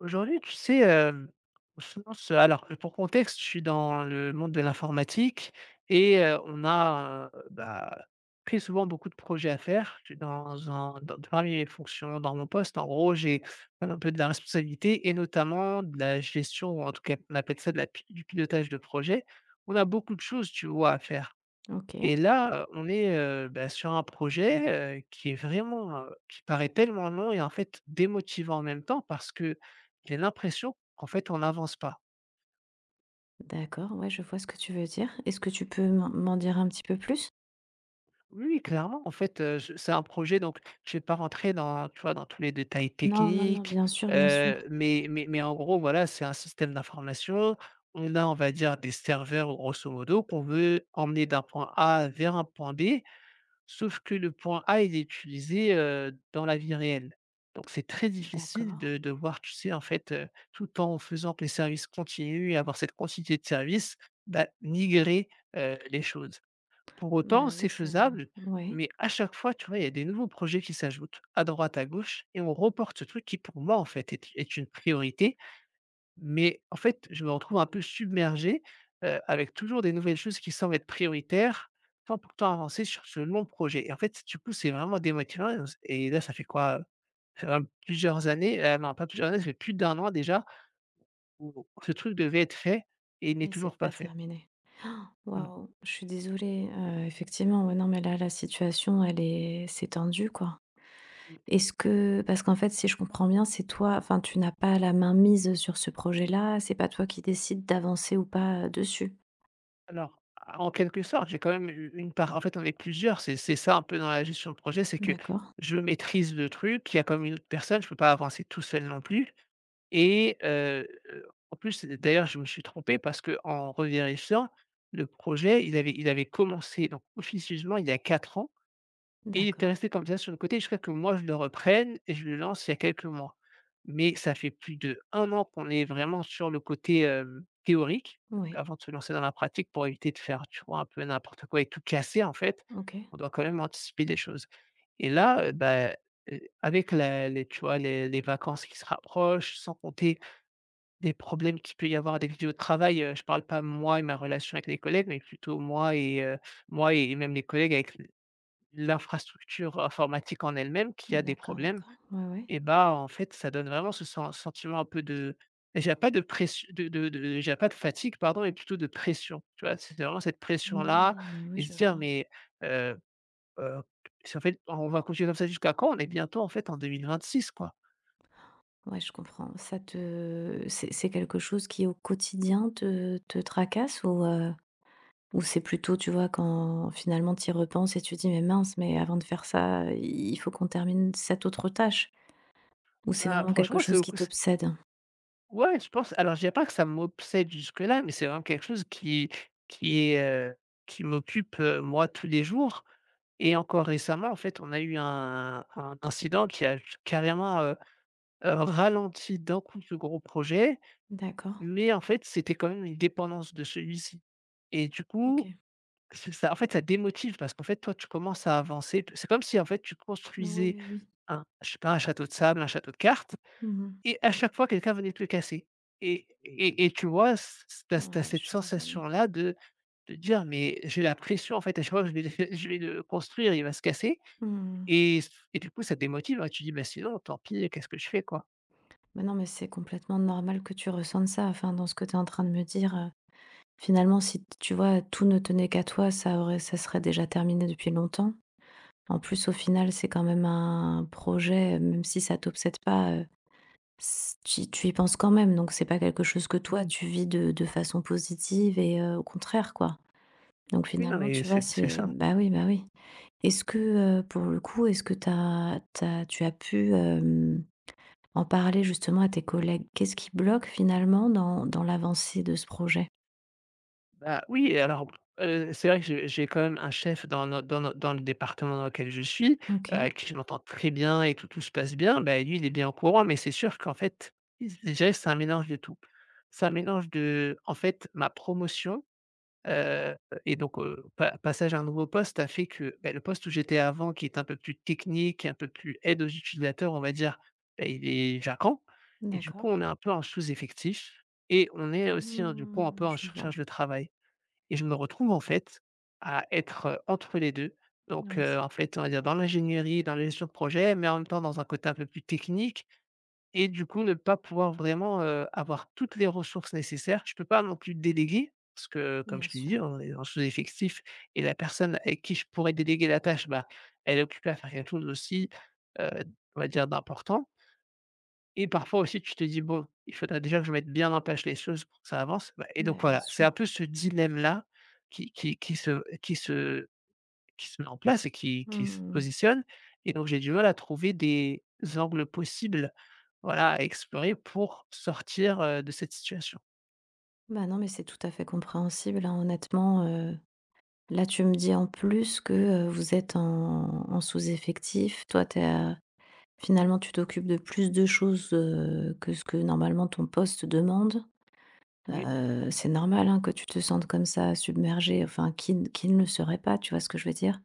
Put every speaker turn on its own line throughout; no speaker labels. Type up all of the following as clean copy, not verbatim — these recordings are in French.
Aujourd'hui, tu sais, on se lance. Alors, pour contexte, je suis dans le monde de l'informatique et on a, bah, très souvent beaucoup de projets à faire. Je suis dans un dans parmi mes fonctions, dans mon poste, en gros, j'ai un peu de la responsabilité et notamment de la gestion, ou en tout cas, on appelle ça de la pi du pilotage de projet. On a beaucoup de choses, tu vois, à faire.
OK,
Et là, on est, bah, sur un projet, qui est vraiment, qui paraît tellement long et en fait démotivant en même temps parce que j'ai l'impression qu'en fait on n'avance pas.
d'accord, ouais, je vois ce que tu veux dire. Est-ce que tu peux m'en dire un petit peu plus?
Oui, oui, clairement, en fait, je c'est un projet. Donc je ne vais pas rentrer dans, tu vois, dans tous les détails
Non, non, non,
techniques,
bien sûr, bien sûr.
mais en gros, voilà, c'est un système d'information. On a, on va dire, des serveurs grosso modo qu'on veut emmener d'un point A vers un point B. Sauf que le point A, il est utilisé, dans la vie réelle. Donc c'est très difficile
D'accord.
de voir, tu sais, en fait, tout en faisant que les services continuent et avoir cette quantité de services, bah, migrer, les choses. Pour autant,
Bah oui,
c'est
ça
faisable,
ouais
mais à chaque fois, tu vois, il y a des nouveaux projets qui s'ajoutent à droite, à gauche et on reporte ce truc qui, pour moi, en fait, est une priorité. Mais en fait, je me retrouve un peu submergé, avec toujours des nouvelles choses qui semblent être prioritaires, sans pourtant avancer sur ce long projet. Et en fait, du coup, c'est vraiment démotivant et là, ça fait quoi? Ça fait plusieurs années, non, pas plusieurs années, ça fait plus d'un an déjà ou ce truc devait être fait et il n'est
et c'est
toujours
pas
pas fait.
terminé.
Mmh.
Waouh, je suis désolée, effectivement, ouais, non, mais là, la situation, elle est c'est tendu, quoi.
Mmh.
Est-ce que parce qu'en fait, si je comprends bien, c'est toi enfin, tu n'as pas la main mise sur ce projet-là, c'est pas toi qui décides d'avancer ou pas, dessus?
Alors, en quelque sorte, j'ai quand même eu une part. En fait, on est plusieurs, c'est ça un peu dans la gestion de projet, c'est que
D'accord,
je maîtrise le truc, il y a quand une autre personne, je peux pas avancer tout seul non plus. Et en plus, d'ailleurs, je me suis trompé parce que en revérifiant, le projet, il avait commencé donc officieusement il y a 4 ans et il était
d'accord,
resté comme ça sur le côté jusqu'à que moi je le reprenne et je le lance il y a quelques mois. Mais ça fait plus de un an qu'on est vraiment sur le côté, théorique,
ouais,
avant de se lancer dans la pratique pour éviter de faire, tu vois, un peu n'importe quoi et tout casser en fait.
OK,
On doit quand même anticiper des choses. Et là, bah, avec la les tu vois, les vacances qui se rapprochent, sans compter des problèmes qu'il peut y avoir avec vie au travail, je parle pas moi et ma relation avec les collègues, mais plutôt moi et moi et même les collègues avec l'infrastructure informatique en elle-même qui a des
d'accord,
problèmes.
d'accord, ouais, ouais.
Et bah, en fait, ça donne vraiment ce sentiment un peu de, j'ai pas de pression, de je, pas de fatigue pardon, mais plutôt de pression, tu vois? C'est vraiment cette
Oui,
pression-là
bah, oui,
et
je
se dire:
vois.
«Mais heu» Heu, ça fait on va continuer comme ça jusqu'à quand? On est bientôt en fait en 2026 quoi.
Ouais, je comprends. Ça te c'est quelque chose qui au quotidien te tracasse ou c'est plutôt, tu vois, quand finalement tu y repenses et tu dis: «Mais mince, mais avant de faire ça, il faut qu'on termine cette autre tâche?» ou c'est
Bah,
vraiment quelque
franchement, c'est
chose
au
qui
coup c
t'obsède?
ouais, je pense, alors je dirais pas que ça m'obsède jusque-là, mais c'est vraiment quelque chose qui est, heu, qui m'occupe, moi tous les jours. Et encore récemment en fait, on a eu un incident qui a j carrément, ralenti d'un coup ce gros projet,
D'accord,
mais en fait, c'était quand même une dépendance de celui-ci. Et du coup,
OK.
c'est ça en fait, ça démotive parce qu'en fait, toi, tu commences à avancer. C'est comme si, en fait, tu
Oui,
construisais
oui, oui.
un, je sais pas, un château de sable, un château de cartes,
Mmh.
et à chaque fois, quelqu'un venait te le casser, et tu vois, c tu as
Ouais, je
cette
suis désolée.
sensation-là de dire: «Mais j'ai la pression, en fait, à chaque fois que je vais le je vais le construire, il va se casser.»
Mmh.
Et et du coup, ça te démotive et tu dis: «Bah, sinon, tant pis, qu'est-ce que je fais, quoi?»
Bah, non, mais c'est complètement normal que tu ressentes ça. Enfin, dans ce que tu es en train de me dire, finalement, si tu vois, tout ne tenait qu'à toi, ça aurait ça serait déjà terminé depuis longtemps. En plus, au final, c'est quand même un projet, même si ça t'obsède pas, s tu y penses quand même, donc c'est pas quelque chose que toi, tu vis de façon positive et au contraire, quoi. Donc
Oui, non,
finalement,
mais
tu vois,
c'est
c'est
ça.
bah, oui, bah, oui. Est-ce
Mmh.
que, pour le coup, est-ce que tu as pu, en parler justement à tes collègues? Qu'est-ce qui bloque finalement dans l'avancée de ce projet?
Bah, oui. Et alors, c'est vrai que j'ai quand même un chef dans no dans no dans le département dans lequel je suis,
OK,
avec qui je m'entends très bien et tout, tout se passe bien. Bah, lui, il est bien au courant, mais c'est sûr qu'en fait, il se c'est un mélange de tout. C'est un mélange de, en fait, ma promotion. Heu et donc pa passage à un nouveau poste a fait que, beh, le poste où j'étais avant qui est un peu plus technique, un peu plus aide aux utilisateurs, on va dire, beh, il est vacant. Et du
d'accord.
coup, on est un peu en sous-effectif et on est aussi, hein, du coup, un
Mmh,
peu en
je vois.
surcharge de travail, et je me retrouve, en fait, à être, entre les 2. Donc
Oui,
en fait, on va dire, dans l'ingénierie, dans la gestion de projet, mais en même temps dans un côté un peu plus technique, et du coup, ne pas pouvoir vraiment, avoir toutes les ressources nécessaires. Je peux pas non plus déléguer parce que, comme
bien
je t'ai dit,
sûr.
on est en sous-effectif, et la personne avec qui je pourrais déléguer la tâche, bah, elle est occupée à faire quelque chose aussi, heu, on va dire d'important. Et parfois aussi tu te dis: «Bon, il faudrait déjà que je mette bien en place les choses pour que ça avance.» Bah, et
Bah,
donc
bien
voilà, c'est
sûr.
un peu ce dilemme-là qui qui qui se qui se qui se met en place et qui se
Mmh.
positionne, et donc j'ai du mal à trouver des angles possibles. Voilà, à explorer pour sortir, de cette situation.
Bah, non, mais c'est tout à fait compréhensible, hein, honnêtement, là, tu me dis en plus que, vous êtes en en sous-effectif. Toi, t'es à finalement, tu t'occupes de plus de choses, que ce que normalement ton poste demande.
Oui,
C'est normal, hein, que tu te sentes comme ça, submergé. Enfin, qui ne le serait pas, tu vois ce que je veux dire?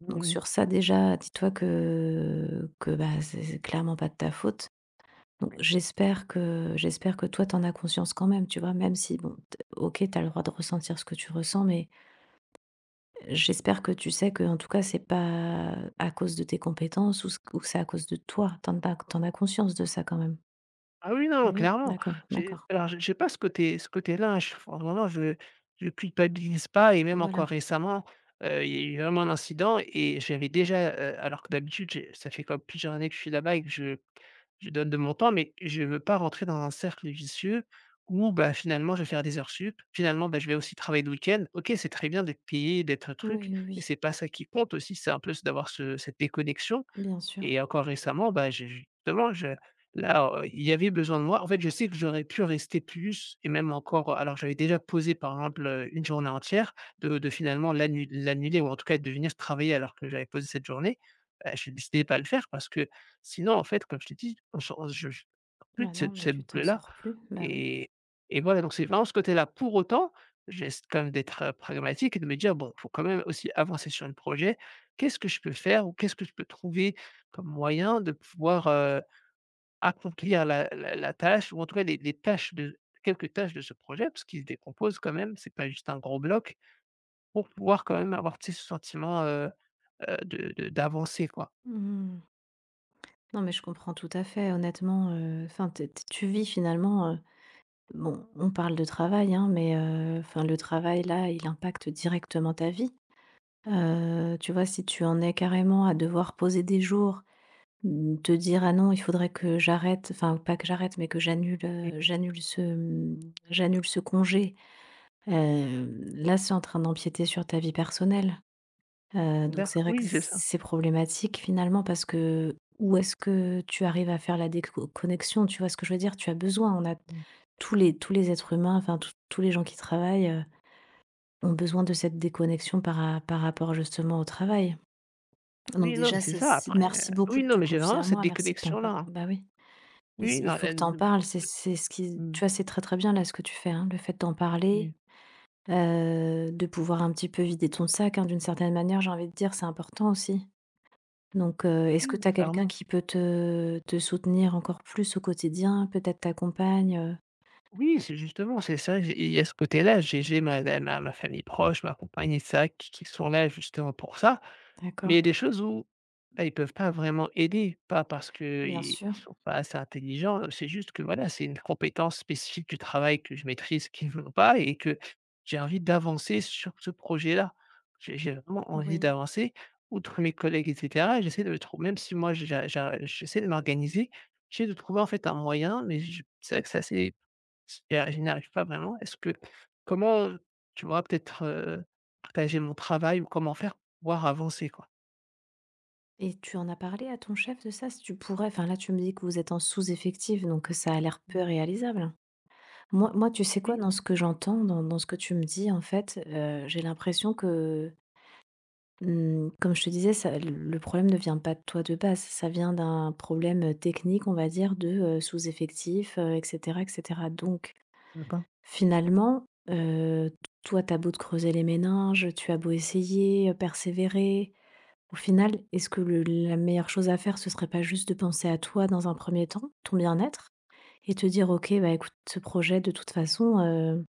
oui, oui,
Donc
oui.
sur ça, déjà, dis-toi que bah, c'est clairement pas de ta faute. Donc j'espère que toi, t'en as conscience quand même, tu vois? Même si bon, t OK, t'as le droit de ressentir ce que tu ressens, mais j'espère que tu sais que en tout cas, c'est pas à cause de tes compétences ou c ou que c'est à cause de toi. T'en en as tu as conscience de ça quand même?
Ah oui, non,
Oui?
clairement.
D'accord,
J'ai
d'accord.
alors j'ai pas ce côté-là, je vraiment je culpabilise pas. Et même encore
Voilà.
récemment, il y a eu vraiment un incident et j'avais déjà, alors que d'habitude j'ai ça fait comme plusieurs années que je suis là-bas et que je donne de mon temps, mais je veux pas rentrer dans un cercle vicieux où, bah, finalement je vais faire des heures sup, finalement, bah, je vais aussi travailler le week-end. OK, c'est très bien d'être payé, d'être un
Oui,
truc,
oui,
mais
oui,
c'est pas ça qui compte aussi, c'est un peu d'avoir ce cette déconnexion.
bien sûr.
Et encore récemment, bah, j'ai justement, je là, il y avait besoin de moi. En fait, je sais que j'aurais pu rester plus, et même encore, alors j'avais déjà posé, par exemple, une journée entière, de finalement l'annuler, ou en tout cas de venir travailler alors que j'avais posé cette journée. Bah, j'ai décidé de pas le faire parce que sinon, en fait, comme je t'ai dit, on se on je plus
Bah,
de
non,
cette
mais
cette
tu t'en
boucle-là.
sors plus. Bah, oui.
Et et voilà, donc c'est vraiment ce côté-là. Pour autant, j'essaie quand même d'être, pragmatique et de me dire: «Bon, il faut quand même aussi avancer sur le projet. Qu'est-ce que je peux faire ou qu'est-ce que je peux trouver comme moyen de pouvoir, accomplir la tâche, ou en tout cas les tâches de quelques tâches de ce projet, parce qu'il se décompose quand même, c'est pas juste un gros bloc, pour pouvoir quand même avoir, tu sais, ce sentiment, de d'avancer, quoi.»
Mmh. Non, mais je comprends tout à fait. Honnêtement, enfin, tu vis finalement, bon, on parle de travail, hein, mais enfin le travail là, il impacte directement ta vie. Tu vois, si tu en es carrément à devoir poser des jours, mmh, te dire: «Ah non, il faudrait que j'arrête», enfin pas que j'arrête, mais que j'annule,
Mmh.
j'annule ce, mmh, j'annule ce congé, heu, là, c'est en train d'empiéter sur ta vie personnelle. Donc
D'acc
c'est vrai que
Oui, c'est ça.
c'est problématique finalement parce que où est-ce que tu arrives à faire la déconnexion. Tu vois ce que je veux dire? Tu as besoin, on a tous les êtres humains, enfin tous les gens qui travaillent, ont besoin de cette déconnexion par rapport justement au travail. Donc
Oui, non,
déjà
mais c'est
c'est
ça
c
après,
merci beaucoup
oui,
de te
non, mais
confier
généralement
à
cette
moi, merci de t'en
déconnexion-là,
parler.
hein.
Bah oui, il s
Oui,
il
non,
faut que t'en
elle,
parles, c'est ce
mmh,
qui tu
mmh,
vois c'est très, très bien là ce que tu fais, hein. Le fait d'en parler,
oui,
de pouvoir un petit peu vider ton sac, hein, d'une certaine manière, j'ai envie de dire, c'est important aussi. Donc, est-ce que
oui,
tu as quelqu'un
clairement.
qui peut te soutenir encore plus au quotidien? Peut-être ta compagne, heu?
Oui, c'est justement, c'est ça, j'ai il y a ce côté-là, j'ai ma famille proche, ma compagne et ça, qui sont là justement pour ça. Mais il
D'accord.
y a des choses où, bah, ils ne peuvent pas vraiment aider, pas parce
Bien
qu'ils
sûr,
ne sont pas assez intelligents, c'est juste que voilà, c'est une compétence spécifique du travail que je maîtrise qu'ils n'ont pas, et que j'ai envie d'avancer sur ce projet-là. J'ai vraiment envie
oui
d'avancer, outre mes collègues et cetera, j'essaie de le trouver. Même si moi j'essaie de m'organiser, j'essaie de trouver en fait un moyen, mais je c'est vrai que c'est assez, et je n'y arrive pas vraiment. Est-ce que comment, tu vois, peut-être, partager mon travail, ou comment faire pour pouvoir avancer, quoi?
et tu en as parlé à ton chef de ça? Si tu pourrais enfin, là, tu me dis que vous êtes en sous-effectif, donc, ça a l'air peu réalisable. Tu sais quoi?
Oui.
Dans ce que j'entends, dans ce que tu me dis, en fait, j'ai l'impression que, mmh, comme je te disais, ça le problème ne vient pas de toi de base. Ça vient d'un problème, technique, on va dire, de, sous-effectif, et cetera donc
D'accord.
finalement, toi, t'as beau te creuser les méninges, tu as beau essayer, persévérer, au final, est-ce que le la meilleure chose à faire, ce serait pas juste de penser à toi dans un premier temps, ton bien-être et te dire: «OK, bah, écoute, ce projet de toute façon,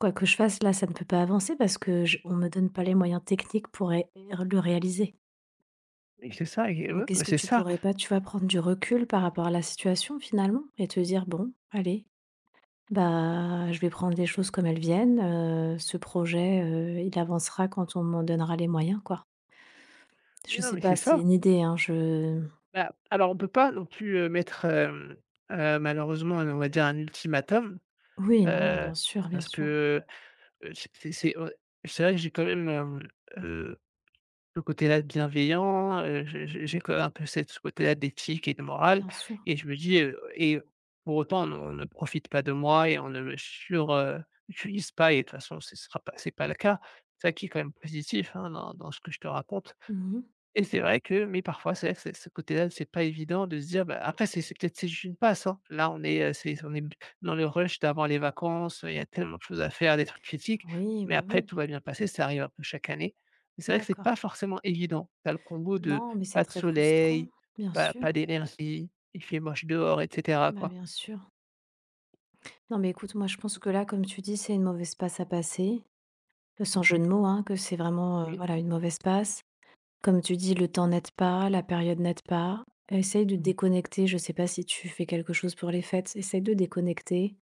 quoi que je fasse là, ça ne peut pas avancer parce que je on me donne pas les moyens techniques pour ré le réaliser».
Oui, c'est ça et ouais,
Donc est-ce
bah,
que
c'est
tu
ça.
pourrais pas, tu vas prendre du recul par rapport à la situation finalement et te dire: «Bon, allez, bah, je vais prendre les choses comme elles viennent, ce projet, il avancera quand on m'en donnera les moyens, quoi.
Oui,
Je
non,
sais
mais
pas,
c'est
c'est
ça.
une idée, hein, je
Bah, alors on peut pas non plus, mettre, malheureusement, on va dire, un ultimatum,
oui, non, non,
heu,
bien sûr, bien
parce
sûr,
que, c'est ouais, c'est vrai que j'ai quand même, heu, le côté-là bienveillant, j'ai quand même un peu cette ce côté-là d'éthique et de morale,
bien sûr».
et je me dis, et pour autant, on ne profite pas de moi et on ne me sur, utilise pas, et de toute façon, ce sera pas c'est pas le cas. C'est ça qui est quand même positif, hein, dans ce que je te raconte.
Mmh.
Et c'est vrai que mais parfois c'est vrai que c'est ce côté-là, c'est pas évident de se dire, bah, après c'est peut-être, c'est juste une passe, hein. Là on est, c'est on est dans le rush d'avant les vacances, il y a tellement de choses à faire, des trucs critiques,
Oui,
mais
bah,
après
oui,
tout va bien passer, ça arrive un peu chaque année. Mais c'est vrai que c'est pas
d'accord.
forcément évident. T'as le combo de
Non, mais c'est
pas de
très frustrant,
soleil,
bien
pas
sûr,
pas d'énergie, il fait moche dehors et cetera
bah,
quoi.
bien sûr. Non, mais écoute, moi, je pense que là, comme tu dis, c'est une mauvaise passe à passer, sans
Mmh,
jeu de mots, hein, que c'est vraiment,
oui.
voilà, une mauvaise passe. Comme tu dis, le temps n'aide pas, la période n'aide pas. Essaye de
Mmh
déconnecter. Je sais pas si tu fais quelque chose pour les fêtes. Essaye de déconnecter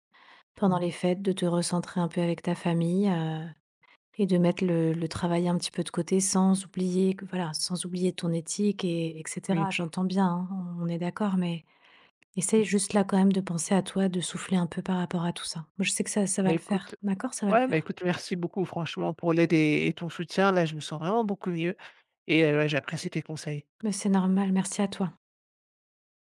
pendant
mh.
les fêtes, de te recentrer un peu avec ta famille, et de mettre le travail un petit peu de côté sans oublier que voilà, sans oublier ton éthique et etc.
Oui,
J'entends bien, hein, on est d'accord, mais essaye
OK.
juste là quand même de penser à toi, de souffler un peu par rapport à tout ça. Moi, je sais que ça va
Bah,
le faire,
écoute
d'accord, ça va le
ouais, bah,
faire.
écoute merci beaucoup franchement pour l'aide et ton soutien. Là, je me sens vraiment beaucoup mieux. Et ouais, j'apprécie tes conseils.
Mais c'est normal. Merci à toi.